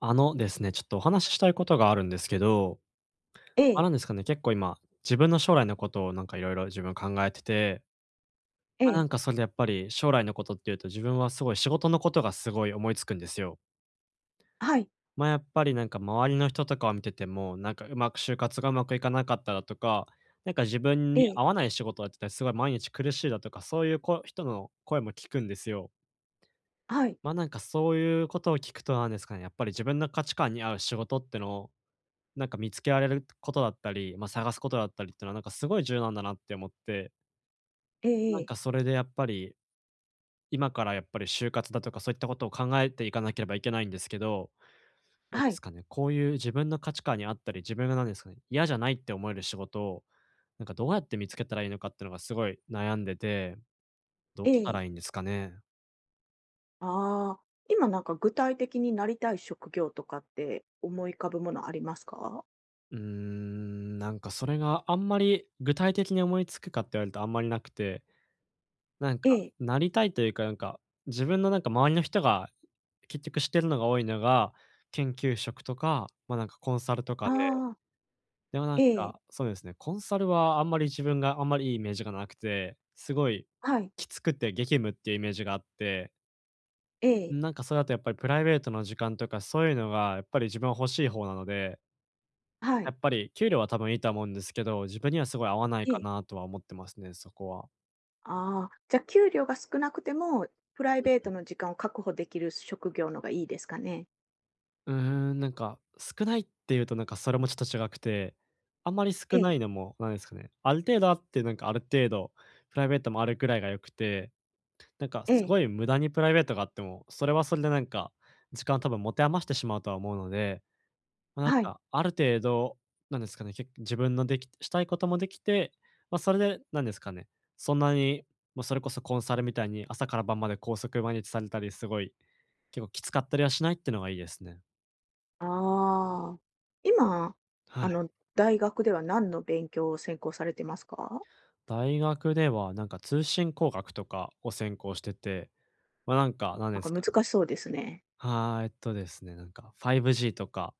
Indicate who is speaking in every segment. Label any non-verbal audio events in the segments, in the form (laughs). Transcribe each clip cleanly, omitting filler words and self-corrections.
Speaker 1: あのですね、ちょっとお話ししたいことがあるんですけど、
Speaker 2: え
Speaker 1: あ、
Speaker 2: え、
Speaker 1: なんですかね、結構今、自分の将来のことをいろいろ自分考えてて、
Speaker 2: え
Speaker 1: ま、な
Speaker 2: え、
Speaker 1: んかそれでやっぱり将来のことっていうと、自分はすごい仕事のことがすごい思いつくんですよ。
Speaker 2: はい、
Speaker 1: ま、やっぱりなんか周りの人とかを見てても、なんかうまく就活がうまくいかなかっただとか、なんか自分
Speaker 2: え
Speaker 1: に
Speaker 2: え、
Speaker 1: 合わない仕事をやってて、すごい毎日苦しいだとか、そういうこ人の声も聞くんですよ。
Speaker 2: はい、
Speaker 1: ま、なんかそういうことを聞くと、なんですかね、やっぱり自分の価値観に合う仕事ってのを見つけられることだったり、まあ、探すことだったりっていうのは、なんかすごい柔軟だなって思って、
Speaker 2: ええ
Speaker 1: な
Speaker 2: え
Speaker 1: ん
Speaker 2: え、
Speaker 1: かそれでやっぱり、今からやっぱり就活だとかそういったことを考えていかなければいけないんですけど、
Speaker 2: はい、ええはいえ
Speaker 1: なん
Speaker 2: え
Speaker 1: で
Speaker 2: は
Speaker 1: すか
Speaker 2: い
Speaker 1: ね、こういう自分の価値観に合ったり、自分がなんですかね、嫌じゃないって思える仕事を、なんかどうやって見つけたらいいのかっていうのがすごい悩んでて、どう
Speaker 2: え
Speaker 1: したら
Speaker 2: え
Speaker 1: いいんですかね？
Speaker 2: ああ、今具体的になりたい職業とかって思い浮かぶものありますか？
Speaker 1: うーん、なんかそれがあんまり具体的に思いつくかって言われるとあんまりなくて、なん
Speaker 2: え
Speaker 1: か、
Speaker 2: え、
Speaker 1: なりたいというか、なんか、自分の周りの人が結局してるのが多いのが、研究職とか、ま、なんかコンサルとかで、
Speaker 2: ああ、
Speaker 1: でもなん
Speaker 2: ええ、
Speaker 1: か、そうですね、コンサルはあんまり自分があんまりいいイメージがなくて、すごい
Speaker 2: はい、
Speaker 1: きつくて激務っていうイメージがあって、
Speaker 2: ええ、
Speaker 1: なんかそれだとやっぱりプライベートの時間とかそういうのがやっぱり自分は欲しい方なので、
Speaker 2: は
Speaker 1: や
Speaker 2: い、
Speaker 1: っぱり給料は多分いいとは思うんですけど、自分にはすごい合わない
Speaker 2: え
Speaker 1: か
Speaker 2: え。
Speaker 1: なとは思ってますね、そこは。
Speaker 2: ああ、じゃ、給料が少なくても、プライベートの時間を確保できる職業のがいいですかね？
Speaker 1: うーん、なんか、少ないっていうとなんかそれもちょっと違くて、あんまり少
Speaker 2: え
Speaker 1: な
Speaker 2: え、
Speaker 1: いのも、なんですかね、ある程度あって、なんかある程度プライベートもあるくらいが良くて、なんか
Speaker 2: え
Speaker 1: す
Speaker 2: え、
Speaker 1: ごい無駄にプライベートがあっても、それはそれでなんか、時間を多分持て余してしまうとは思うので、まあ、なん
Speaker 2: はい。
Speaker 1: かある程度、なんですかね、け自分のできしたいこともできて、まあ、それでなんですかね、そんなに、もうそれこそコンサルみたいに朝から晩まで拘束毎日されたり、すごい結構きつかったりはしないっていうのがいいですね。
Speaker 2: ああ、今、
Speaker 1: はい。
Speaker 2: あの、大学では何の勉強を専攻されてますか？
Speaker 1: 大学では、なんか通信工学とかを専攻してて、まあ、なんか、なんですかね。
Speaker 2: 難しそうですね。
Speaker 1: はい、えっとですね、なんか 5G とか、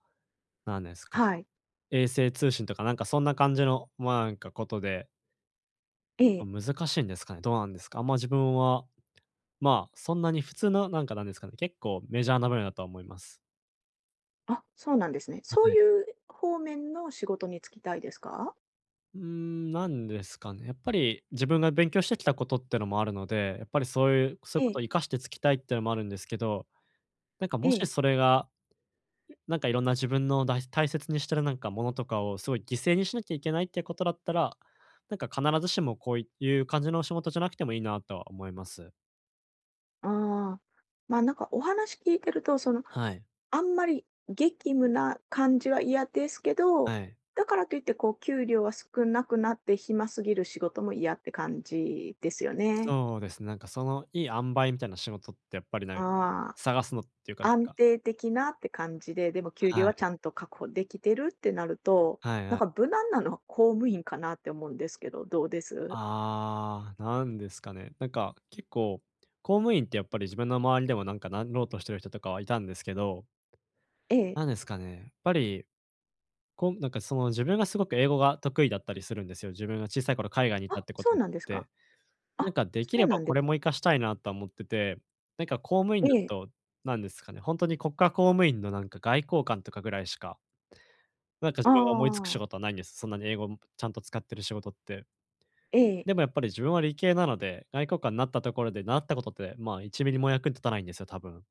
Speaker 1: なんですか
Speaker 2: はい。
Speaker 1: ね、衛星通信とか、なんかそんな感じの、ま、なんかことで、
Speaker 2: ええ。
Speaker 1: まあ難しいんですかね、どうなんですか？あんま自分は、ま、そんなに普通の、なんか、なんですかね、結構メジャーな分野だとは思います。
Speaker 2: あ、そうなんですね。
Speaker 1: は
Speaker 2: そう
Speaker 1: い。
Speaker 2: いう方面の仕事に就きたいですか？
Speaker 1: うーん、なんですかね、やっぱり自分が勉強してきたことってのもあるので、やっぱりそういう
Speaker 2: え
Speaker 1: こと
Speaker 2: え、
Speaker 1: を活かしてつきたいってのもあるんですけど、なんかも
Speaker 2: え
Speaker 1: しそ
Speaker 2: え。
Speaker 1: れがなんかいろんな自分の大切にしてるなんかものとかをすごい犠牲にしなきゃいけないっていうことだったら、なんか必ずしもこういう感じの仕事じゃなくてもいいなとは思います。
Speaker 2: ああ、まあ、お話聞いてると、
Speaker 1: はい。
Speaker 2: あんまり激務な感じは嫌ですけど、
Speaker 1: はい。
Speaker 2: だからといって、こう給料は少なくなって暇すぎる仕事も嫌って感じですよね。
Speaker 1: そうですね、なんかそのいい塩梅みたいな仕事ってやっぱりなんか
Speaker 2: ああ。
Speaker 1: 探すのっていうか、なん
Speaker 2: 安
Speaker 1: か、
Speaker 2: 定的なって感じで、でも給
Speaker 1: は
Speaker 2: 料はち
Speaker 1: い
Speaker 2: ゃんと確保できてるってなると、
Speaker 1: はいはい。
Speaker 2: 無難なのは公務員かなって思うんですけど、どうです
Speaker 1: ああ、なんですかね。なんか結構、公務員ってやっぱり自分の周りでもなんかなろうとしてる人とかはいたんですけど、
Speaker 2: ええ。
Speaker 1: なんですかね、やっぱりこんなんかその自分がすごく英語が得意だったりするんですよ。自分が小さい頃海外にいたっ
Speaker 2: あ、
Speaker 1: てこ
Speaker 2: そ
Speaker 1: と
Speaker 2: う
Speaker 1: もあっ
Speaker 2: なんです
Speaker 1: て、
Speaker 2: か。
Speaker 1: な
Speaker 2: あ、
Speaker 1: んかでき
Speaker 2: そ
Speaker 1: れ
Speaker 2: う
Speaker 1: ば
Speaker 2: なんで
Speaker 1: こ
Speaker 2: す
Speaker 1: れも活かしたいなとは思ってて、なんか公務員
Speaker 2: え
Speaker 1: だ
Speaker 2: え。
Speaker 1: と、なんですかね、ほんとに国家公務員のなんか外交官とかぐらいしか、なんか自
Speaker 2: あ
Speaker 1: 分が思いつく仕
Speaker 2: あ、
Speaker 1: 事はないんです。そんなに英語もちゃんと使ってる仕事って。
Speaker 2: ええ。
Speaker 1: でもやっぱり自分は理系なので、外交官になったところで習ったことって、まあ、1ミリも役に立たないんですよ、多分。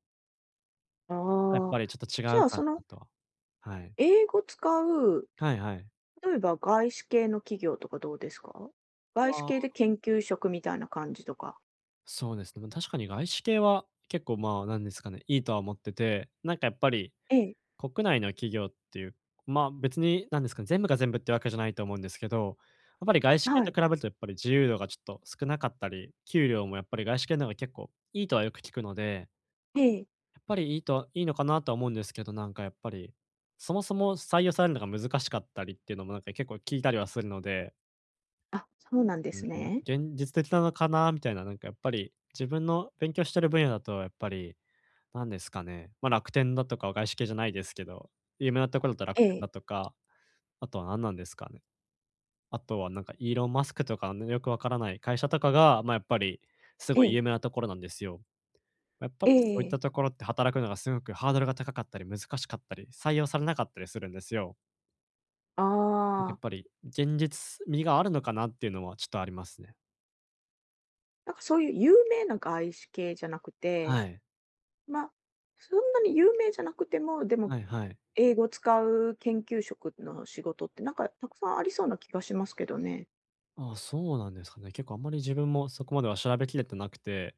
Speaker 2: あ
Speaker 1: やっぱ
Speaker 2: あ。
Speaker 1: りちょっと違
Speaker 2: じ
Speaker 1: う
Speaker 2: ゃあ、
Speaker 1: か
Speaker 2: そ
Speaker 1: な
Speaker 2: の、
Speaker 1: とは。はい。
Speaker 2: 英語使う、
Speaker 1: はいはい。
Speaker 2: 例えば外資系の企業とかどうですか外資系で
Speaker 1: あ、
Speaker 2: 研究職みたいな感じとか。
Speaker 1: そうですね。ま、確かに外資系は結構、まあ、なんですかね、いいとは思ってて、なんかやっぱり
Speaker 2: ええ。
Speaker 1: 国内の企業っていう、まあ、別になんですかね、全部が全部ってわけじゃないと思うんですけど、やっぱり外資系
Speaker 2: は
Speaker 1: と
Speaker 2: い。
Speaker 1: 比べるとやっぱり自由度がちょっと少なかったり、給料もやっぱり外資系の方が結構いいとはよく聞くので、
Speaker 2: ええ。
Speaker 1: やっぱりいいといいのかなとは思うんですけど、なんかやっぱり、そもそも採用されるのが難しかったりっていうのもなんか結構聞いたりはするので、
Speaker 2: あ、そうなんで
Speaker 1: うん、
Speaker 2: す
Speaker 1: なんか
Speaker 2: ね。
Speaker 1: 現実的なのかなみたいな、なんかやっぱり、自分の勉強してる分野だとやっぱり、なんですかね、まあ、楽天だとかは外資系じゃないですけど、有名なところだと楽
Speaker 2: え
Speaker 1: 天
Speaker 2: え。
Speaker 1: だとか、あとは何なんですかね。あとはなんかイーロン・マスクとかね、よくわからない会社とかが、まあ、やっぱりす
Speaker 2: え
Speaker 1: ごい有
Speaker 2: え。
Speaker 1: 名なところなんですよ。やっぱ
Speaker 2: え
Speaker 1: りそういったと
Speaker 2: え。
Speaker 1: ころって働くのがすごくハードルが高かったり難しかったり、採用されなかったりするんですよ。なんかや
Speaker 2: あ
Speaker 1: っ
Speaker 2: あ。
Speaker 1: ぱり現実味があるのかなっていうのはちょっとありますね。
Speaker 2: そういう有名な外資系じゃなく
Speaker 1: は
Speaker 2: て、
Speaker 1: い。
Speaker 2: まあ、そんなに有名じゃなくても、でも
Speaker 1: はいはい。
Speaker 2: 英語使う研究職の仕事ってたくさんありそうな気がしますけどね。
Speaker 1: ああ、そうなんですかね。結構あんまり自分もそこまでは調べきれてなくて、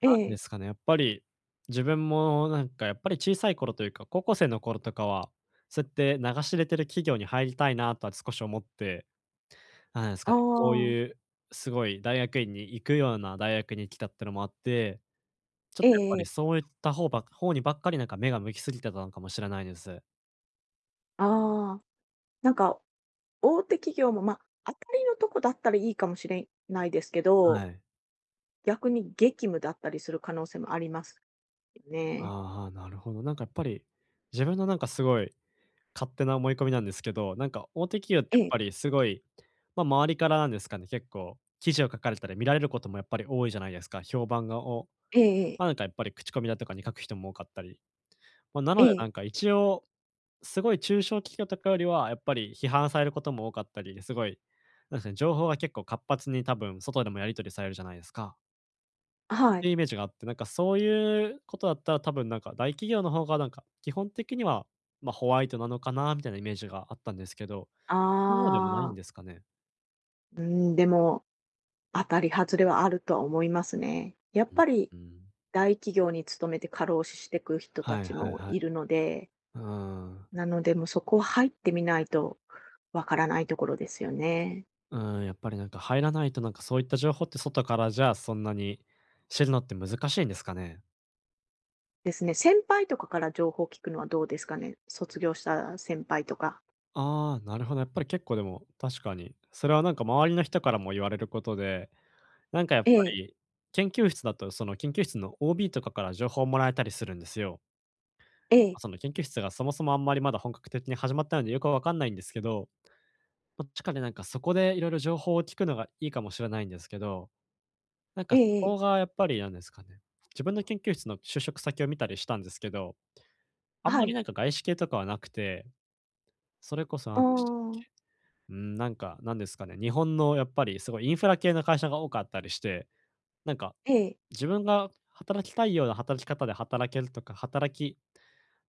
Speaker 2: え
Speaker 1: なんで
Speaker 2: え。
Speaker 1: すかね、やっぱり自分もなんかやっぱり小さい頃というか、高校生の頃とかは、そうやって流し入れてる企業に入りたいなとは少し思って、なんですか
Speaker 2: あ
Speaker 1: ね、こう
Speaker 2: あ。
Speaker 1: いうすごい大学院に行くような大学に来たってのもあって、ちょっとやっぱ
Speaker 2: え
Speaker 1: り
Speaker 2: え
Speaker 1: そういった方にばっかりなんか目が向きすぎてたのかもしれないです。
Speaker 2: ああ。なんか大手企業も、まあ、当たりのとこだったらいいかもしれないですけ
Speaker 1: は
Speaker 2: ど、
Speaker 1: い。
Speaker 2: 逆に激務だったりする可能性もありますよね。
Speaker 1: ああ、なるほど。なんかやっぱり自分のなんかすごい勝手な思い込みなんですけど、なんか大手企業って
Speaker 2: え
Speaker 1: やっ
Speaker 2: え。
Speaker 1: ぱりすごい、まあ、周りからなんですかね、結構記事を書かれたり見られることもやっぱり多いじゃないですか。評判がを、
Speaker 2: ええええ。
Speaker 1: まあ、なんかやっぱり口コミだとかに書く人も多かったり。まあ、なの
Speaker 2: え
Speaker 1: でな
Speaker 2: え
Speaker 1: んか一応、すごい中小企業とかよりはやっぱり批判されることも多かったり、すごい、なんですね、情報が結構活発に多分外でもやり取りされるじゃないですか。
Speaker 2: は
Speaker 1: って
Speaker 2: い。
Speaker 1: いうイメージがあって、そういうことだったら多分大企業の方が基本的には、ホワイトなのかなみたいなイメージがあったんですけど、
Speaker 2: あ
Speaker 1: そうでもないん
Speaker 2: あ。
Speaker 1: ですかね？
Speaker 2: うーん、でも当たり外れはあるとは思いますね。やっ
Speaker 1: うん、
Speaker 2: ぱり
Speaker 1: うん。
Speaker 2: 大企業に勤めて過労死していく人た
Speaker 1: はい
Speaker 2: ち
Speaker 1: はい
Speaker 2: も
Speaker 1: は
Speaker 2: いる
Speaker 1: い。
Speaker 2: ので、
Speaker 1: うーん。
Speaker 2: なのでもうそこは入ってみないとわからないところですよね。
Speaker 1: うーん、やっぱり入らないと、そういった情報って外からじゃ、あ、そんなに知るのって難しいんですかね？
Speaker 2: ですね。先輩とかから情報を聞くのはどうですかね？卒業した先輩とか。
Speaker 1: ああ、なるほど。やっぱり結構でも、確かに。それは周りの人からも言われることで、なんかやっ
Speaker 2: え
Speaker 1: ぱ
Speaker 2: え、
Speaker 1: り、研究室だと、その研究室の OB とかから情報をもらえたりするんですよ。
Speaker 2: え
Speaker 1: ま
Speaker 2: え、
Speaker 1: その研究室がそもそもあんまりまだ本格的に始まったのでよくわかんないんですけど、ま、確かにそこでいろいろ情報を聞くのがいいかもしれないんですけど、
Speaker 2: え
Speaker 1: そ
Speaker 2: え
Speaker 1: こ
Speaker 2: ええ。
Speaker 1: がやっぱりなんですかね、自分の研究室の就職先を見たりしたんですけど、あんま
Speaker 2: は
Speaker 1: り
Speaker 2: い。
Speaker 1: 外資系とかはなくて、それこそ
Speaker 2: あ
Speaker 1: 何でしたっけ、
Speaker 2: あ、
Speaker 1: うん、なんかなんですかね、日本のやっぱりすごいインフラ系の会社が多かったりして、なんか
Speaker 2: ええ、
Speaker 1: 自分が働きたいような働き方で働けるとか、働き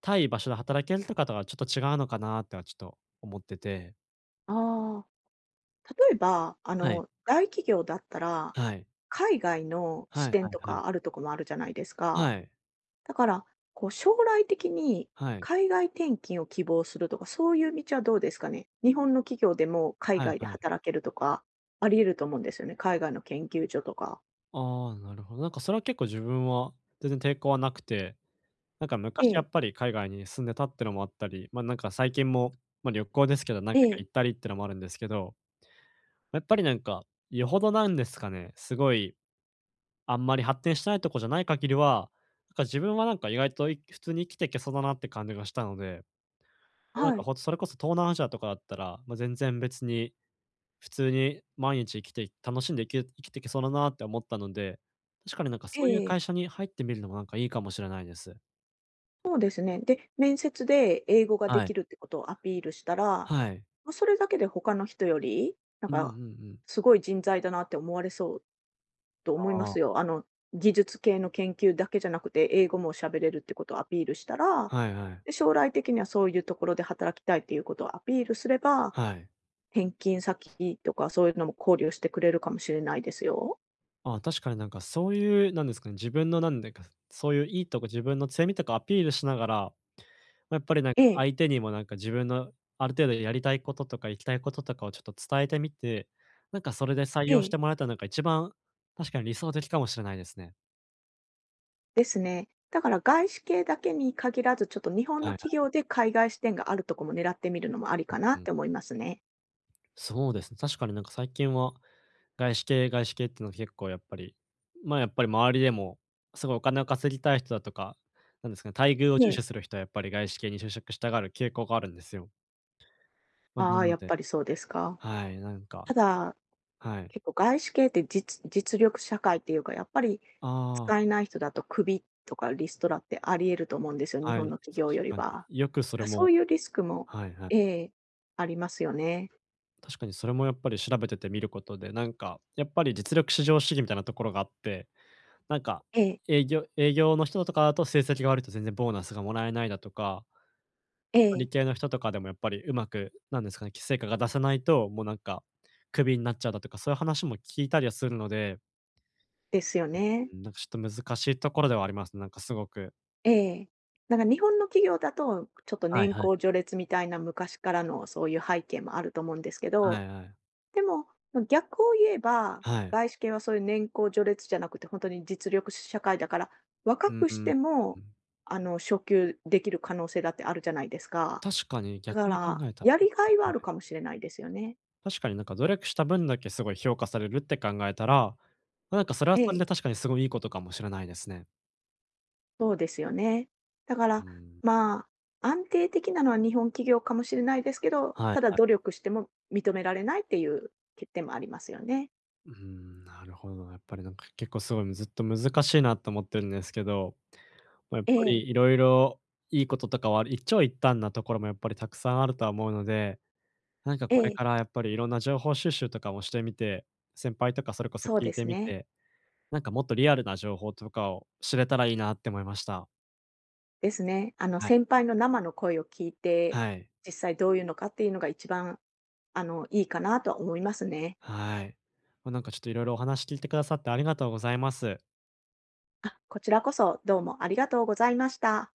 Speaker 1: たい場所で働けるとかとはちょっと違うのかなってはちょっと思ってて。
Speaker 2: ああ。例えば、あ
Speaker 1: はい。
Speaker 2: の、大企業だったら、
Speaker 1: はい。
Speaker 2: 海外の
Speaker 1: は
Speaker 2: 支
Speaker 1: いは
Speaker 2: 店と
Speaker 1: いはい。
Speaker 2: かあるとこもあるじゃないですか。
Speaker 1: はい。
Speaker 2: だから、こう将来的に
Speaker 1: はい。
Speaker 2: 海外転勤を希望するとか、そういう道はどうですかね？日本の企業でも海
Speaker 1: はい
Speaker 2: 外で
Speaker 1: はい。
Speaker 2: 働けるとか、あり得ると思うんですよね。海外の研究所とか。
Speaker 1: ああ、なるほど。それは結構自分は全然抵抗はなくて、
Speaker 2: え
Speaker 1: 昔や
Speaker 2: え、
Speaker 1: っぱり海外に住んでたってのもあったり、最近も、まあ、旅行ですけど、何
Speaker 2: え
Speaker 1: 回か
Speaker 2: え、
Speaker 1: 行ったりってのもあるんですけど、やっぱりよほどなんですかね、すごいあんまり発展してないとこじゃない限りは、自分は意外と、い (laughs) 普通に生きていけそうだなって感じがしたので、
Speaker 2: はい、
Speaker 1: ほんとそれこそ東南アジアとかだったら、まあ、全然別に普通に毎日生きて楽しんで生き生きていけそうだなって思ったので、確かに
Speaker 2: ええええは
Speaker 1: そうい
Speaker 2: い
Speaker 1: う会
Speaker 2: え
Speaker 1: 社
Speaker 2: え
Speaker 1: に入ってみるのもいいかもしれないです。
Speaker 2: そうですね。で、面接で英語がで
Speaker 1: はい。
Speaker 2: きるってことをアピールしたら、
Speaker 1: はい。
Speaker 2: ま、それだけで他の人より、
Speaker 1: うんうんうん。
Speaker 2: すごい人材だなって思われそうと思いま
Speaker 1: ああ。
Speaker 2: すよ。あの、技術系の研究だけじゃなくて、英語も喋れるってことをアピールしたら、
Speaker 1: はいはい。
Speaker 2: で、将来的にはそういうところで働きたいっていうことをアピールすれば、
Speaker 1: はい。
Speaker 2: 転勤先とかそういうのも考慮してくれるかもしれないですよ。
Speaker 1: ああ、確かにそういう、なんですかね、自分のなんでか、そういういいとこ、自分の強みとかアピールしながら、ま、やっぱり
Speaker 2: ええ、
Speaker 1: 相手にも自分のある程度やりたいこととか行きたいこととかをちょっと伝えてみて、それで採
Speaker 2: え
Speaker 1: 用して
Speaker 2: え、
Speaker 1: もらえたのが一番確かに理想的かもしれないですね。
Speaker 2: ですね。だから外資系だけに限らず、ちょっと日本
Speaker 1: はい
Speaker 2: の
Speaker 1: はい。
Speaker 2: 企業で海外支店があるとこも狙ってみるのもありかな
Speaker 1: う
Speaker 2: っ
Speaker 1: ん。
Speaker 2: て思いますね。
Speaker 1: そうですね。確かに最近は外資系っていうのは結構やっぱり、まあやっぱり周りでも、すごいお金を稼ぎたい人だとか、なんですかね、待遇を重
Speaker 2: ね
Speaker 1: 視する人はやっぱり外資系に就職したがる傾向があるんですよ。まあ、な
Speaker 2: ああ、
Speaker 1: の
Speaker 2: やっ
Speaker 1: で
Speaker 2: ぱりそうですか。
Speaker 1: はい、なんか、
Speaker 2: ただ
Speaker 1: はい。
Speaker 2: 結構外資系って実力社会っていうか、やっぱり
Speaker 1: あ
Speaker 2: 使
Speaker 1: あ、
Speaker 2: えない人だとクビとかリストラってあり得ると思うんですよ、日
Speaker 1: は
Speaker 2: 本
Speaker 1: い、
Speaker 2: の企業よ
Speaker 1: 確
Speaker 2: り
Speaker 1: か
Speaker 2: は。
Speaker 1: に。よくそれ
Speaker 2: あ、そ
Speaker 1: も
Speaker 2: ういうリスクも
Speaker 1: はいはい。
Speaker 2: ええ、ありますよね。
Speaker 1: 確かにそれもやっぱり調べてて見ることで、やっぱり実力至上主義みたいなところがあって、なんか、
Speaker 2: ええ、
Speaker 1: 営業の人とかだと成績が悪いと全然ボーナスがもらえないだとか、
Speaker 2: え
Speaker 1: 理
Speaker 2: え、
Speaker 1: 系の人とかでもやっぱりうまく、なんですかね、成果が出せないと、もうなんか、クビになっちゃうだとか、そういう話も聞いたりはするので、
Speaker 2: ですよね。
Speaker 1: うん、ちょっと難しいところではありますね、すごく。
Speaker 2: ええ。なんか日本の企業だと、ちょっと
Speaker 1: はい
Speaker 2: 年
Speaker 1: はい。
Speaker 2: 功序列みたいな昔からのそういう背景もあると思うんですけ
Speaker 1: は
Speaker 2: ど、
Speaker 1: いはい。
Speaker 2: でも、ま逆を言えば、
Speaker 1: はい。
Speaker 2: 外資系はそういう年功序列じゃなくて、本当に実力社会だから、若
Speaker 1: うん
Speaker 2: く
Speaker 1: う
Speaker 2: し
Speaker 1: ん。
Speaker 2: て
Speaker 1: う
Speaker 2: も、
Speaker 1: ん。
Speaker 2: あの、昇給できる可能性だってあるじゃないですか。
Speaker 1: 確かに
Speaker 2: だ
Speaker 1: 逆
Speaker 2: か
Speaker 1: に考
Speaker 2: ら、
Speaker 1: えた
Speaker 2: やりがいはあ
Speaker 1: は
Speaker 2: るか
Speaker 1: い。
Speaker 2: もしれないですよね。
Speaker 1: 確かに努力した分だけすごい評価されるって考えたら、まそれは
Speaker 2: え
Speaker 1: それ
Speaker 2: え、
Speaker 1: で確かにすごいいいことかもしれないですね。
Speaker 2: そうですよね。だか
Speaker 1: う
Speaker 2: ら、
Speaker 1: ん。
Speaker 2: まあ、安定的なのは日本企業かもしれないですけど、
Speaker 1: はい
Speaker 2: ただ
Speaker 1: は
Speaker 2: 努
Speaker 1: い。
Speaker 2: 力しても認められないっていう欠点もありますよね。
Speaker 1: うーん、なるほど。やっぱり結構すごいずっと難しいなと思ってるんですけど、ま、やっ
Speaker 2: え
Speaker 1: ぱ
Speaker 2: え、
Speaker 1: りいろいろいいこととかは一長一短なところもやっぱりたくさんあるとは思うので、
Speaker 2: え
Speaker 1: これ
Speaker 2: え、
Speaker 1: からやっぱりいろんな情報収集とかもしてみて、先輩とかそれこそ
Speaker 2: そう
Speaker 1: 聞い
Speaker 2: で
Speaker 1: て
Speaker 2: す
Speaker 1: み
Speaker 2: ね。
Speaker 1: て、もっとリアルな情報とかを知れたらいいなって思いました。
Speaker 2: ですね。あの、
Speaker 1: はい。
Speaker 2: 先輩の生の声を聞いて、
Speaker 1: はい。
Speaker 2: 実際どういうのかっていうのが一番、あの、いいかなとは思いますね。
Speaker 1: はい。ま、ちょっといろいろお話聞いてくださってありがとうございます。
Speaker 2: あ、こちらこそどうもありがとうございました。